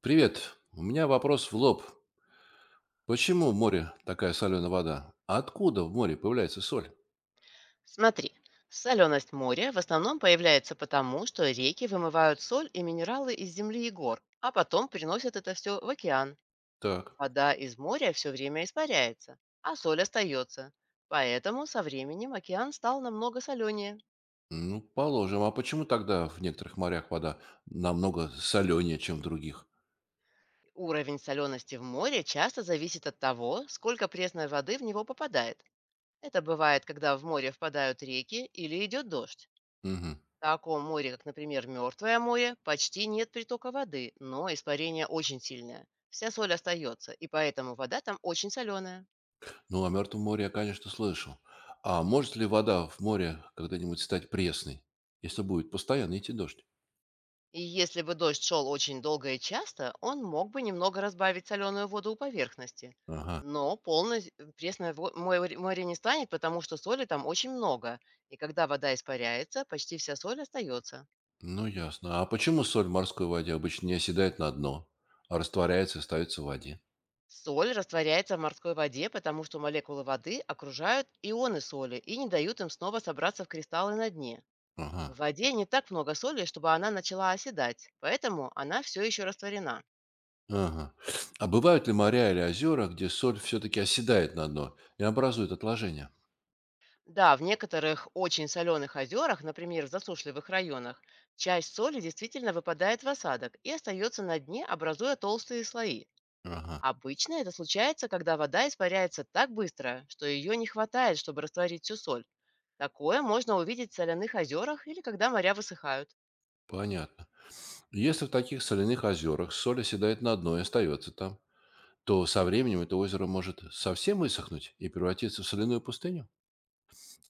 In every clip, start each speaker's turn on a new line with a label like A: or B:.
A: Привет. У меня вопрос в лоб. Почему в море такая соленая вода? А откуда в море появляется соль?
B: Смотри, соленость моря в основном появляется потому, что реки вымывают соль и минералы из земли и гор, а потом приносят это все в океан.
A: Так.
B: Вода из моря все время испаряется, а соль остается. Поэтому со временем океан стал намного соленее.
A: Ну, положим. А почему тогда в некоторых морях вода намного соленее, чем в других?
B: Уровень солености в море часто зависит от того, сколько пресной воды в него попадает. Это бывает, когда в море впадают реки или идет дождь.
A: Мгм.
B: В таком море, как, например, Мертвое море, почти нет притока воды, но испарение очень сильное. Вся соль остается, и поэтому вода там очень соленая.
A: Ну, о Мертвом море я, конечно, слышал. А может ли вода в море когда-нибудь стать пресной, если будет постоянно идти дождь?
B: И если бы дождь шел очень долго и часто, он мог бы немного разбавить соленую воду у поверхности.
A: Ага.
B: Но полностью пресное море не станет, потому что соли там очень много. И когда вода испаряется, почти вся соль остается.
A: Ну, ясно. А почему соль в морской воде обычно не оседает на дно, а растворяется и остается в воде?
B: Соль растворяется в морской воде, потому что молекулы воды окружают ионы соли и не дают им снова собраться в кристаллы на дне. В
A: Ага.
B: воде не так много соли, чтобы она начала оседать, поэтому она все еще растворена.
A: Ага. А бывают ли моря или озера, где соль все-таки оседает на дно и образует отложения?
B: Да, в некоторых очень соленых озерах, например, в засушливых районах, часть соли действительно выпадает в осадок и остается на дне, образуя толстые слои.
A: Ага,
B: Обычно это случается, когда вода испаряется так быстро, что ее не хватает, чтобы растворить всю соль. Такое можно увидеть в соляных озерах или когда моря высыхают.
A: понятно. Если в таких соляных озерах соль оседает на дно и остается там, то со временем это озеро может совсем высохнуть и превратиться в соляную пустыню?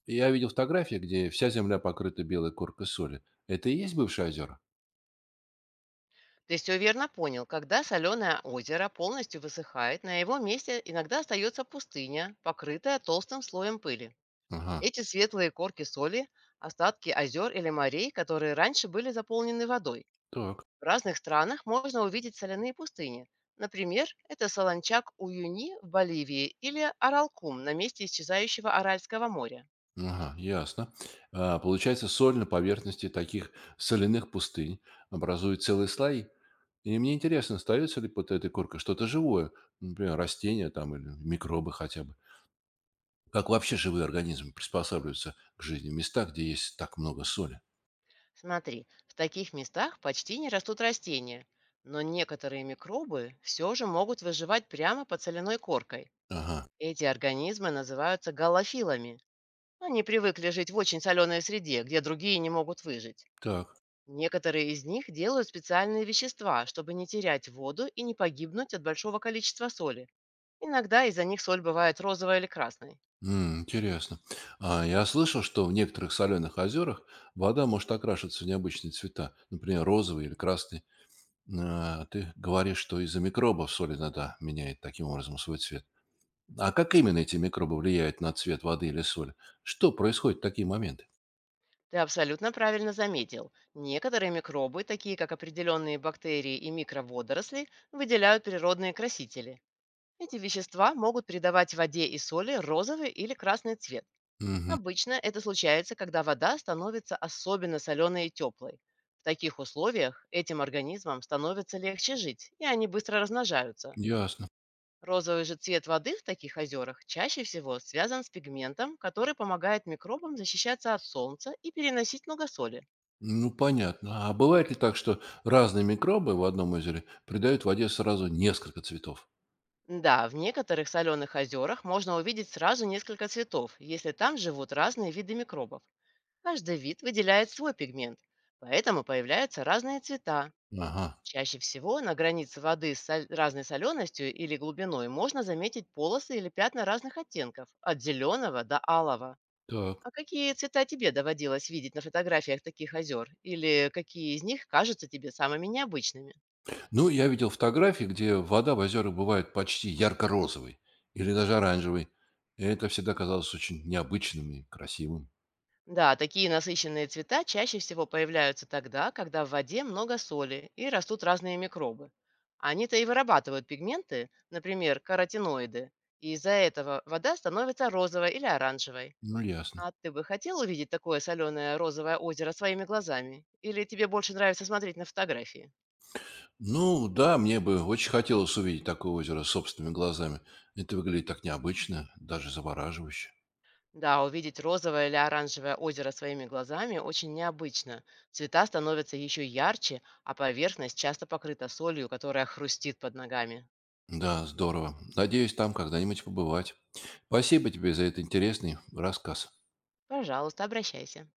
A: Я видел фотографии, где вся земля покрыта белой коркой соли. Это и есть бывшие озера?
B: Ты все верно понял. Когда соленое озеро полностью высыхает, на его месте иногда остается пустыня, покрытая толстым слоем пыли.
A: Ага,
B: Эти светлые корки соли — остатки озер или морей, которые раньше были заполнены водой.
A: так.
B: В разных странах можно увидеть соляные пустыни. Например, это Солончак-Уюни в Боливии или Аралкум на месте исчезающего Аральского моря.
A: Ага, ясно. А, получается, соль на поверхности таких соляных пустынь образует целые слои. И мне интересно, остается ли под этой коркой что-то живое, например, растения там или микробы хотя бы. Как вообще живые организмы приспосабливаются к жизни в местах, где есть так много соли?
B: Смотри, в таких местах почти не растут растения, но некоторые микробы все же могут выживать прямо под соляной коркой.
A: Ага,
B: Эти организмы называются галофилами. Они привыкли жить в очень соленой среде, где другие не могут выжить.
A: так.
B: Некоторые из них делают специальные вещества, чтобы не терять воду и не погибнуть от большого количества соли. Иногда из-за них соль бывает розовой или красной.
A: М, интересно. А, я слышал, что в некоторых соленых озерах вода может окрашиваться в необычные цвета, например, розовый или красный. А, ты говоришь, что из-за микробов соль иногда меняет таким образом свой цвет. А как именно эти микробы влияют на цвет воды или соли? Что происходит в такие моменты?
B: Ты абсолютно правильно заметил. Некоторые микробы, такие как определенные бактерии и микроводоросли, выделяют природные красители. Эти вещества могут придавать воде и соли розовый или красный цвет.
A: Мгм.
B: Обычно это случается, когда вода становится особенно соленой и теплой. В таких условиях этим организмам становится легче жить, и они быстро размножаются.
A: Ясно.
B: Розовый же цвет воды в таких озерах чаще всего связан с пигментом, который помогает микробам защищаться от солнца и переносить много соли.
A: Ну, понятно. А бывает ли так, что разные микробы в одном озере придают воде сразу несколько цветов?
B: Да, в некоторых соленых озерах можно увидеть сразу несколько цветов, если там живут разные виды микробов. Каждый вид выделяет свой пигмент, поэтому появляются разные цвета.
A: Ага,
B: Чаще всего на границе воды с разной соленостью или глубиной можно заметить полосы или пятна разных оттенков, от зеленого до алого.
A: так.
B: А какие цвета тебе доводилось видеть на фотографиях таких озер? Или какие из них кажутся тебе самыми необычными?
A: Ну, я видел фотографии, где вода в озерах бывает почти ярко-розовой или даже оранжевой. И это всегда казалось очень необычным и красивым.
B: Да, такие насыщенные цвета чаще всего появляются тогда, когда в воде много соли и растут разные микробы. Они-то и вырабатывают пигменты, например, каротиноиды, и из-за этого вода становится розовой или оранжевой.
A: Ну, ясно.
B: А ты бы хотел увидеть такое соленое розовое озеро своими глазами? Или тебе больше нравится смотреть на фотографии?
A: Ну да, мне бы очень хотелось увидеть такое озеро собственными глазами. Это выглядит так необычно, даже завораживающе.
B: Да, увидеть розовое или оранжевое озеро своими глазами очень необычно. Цвета становятся еще ярче, а поверхность часто покрыта солью, которая хрустит под ногами.
A: Да, здорово. Надеюсь, там когда-нибудь побывать. Спасибо тебе за этот интересный рассказ.
B: Пожалуйста, обращайся.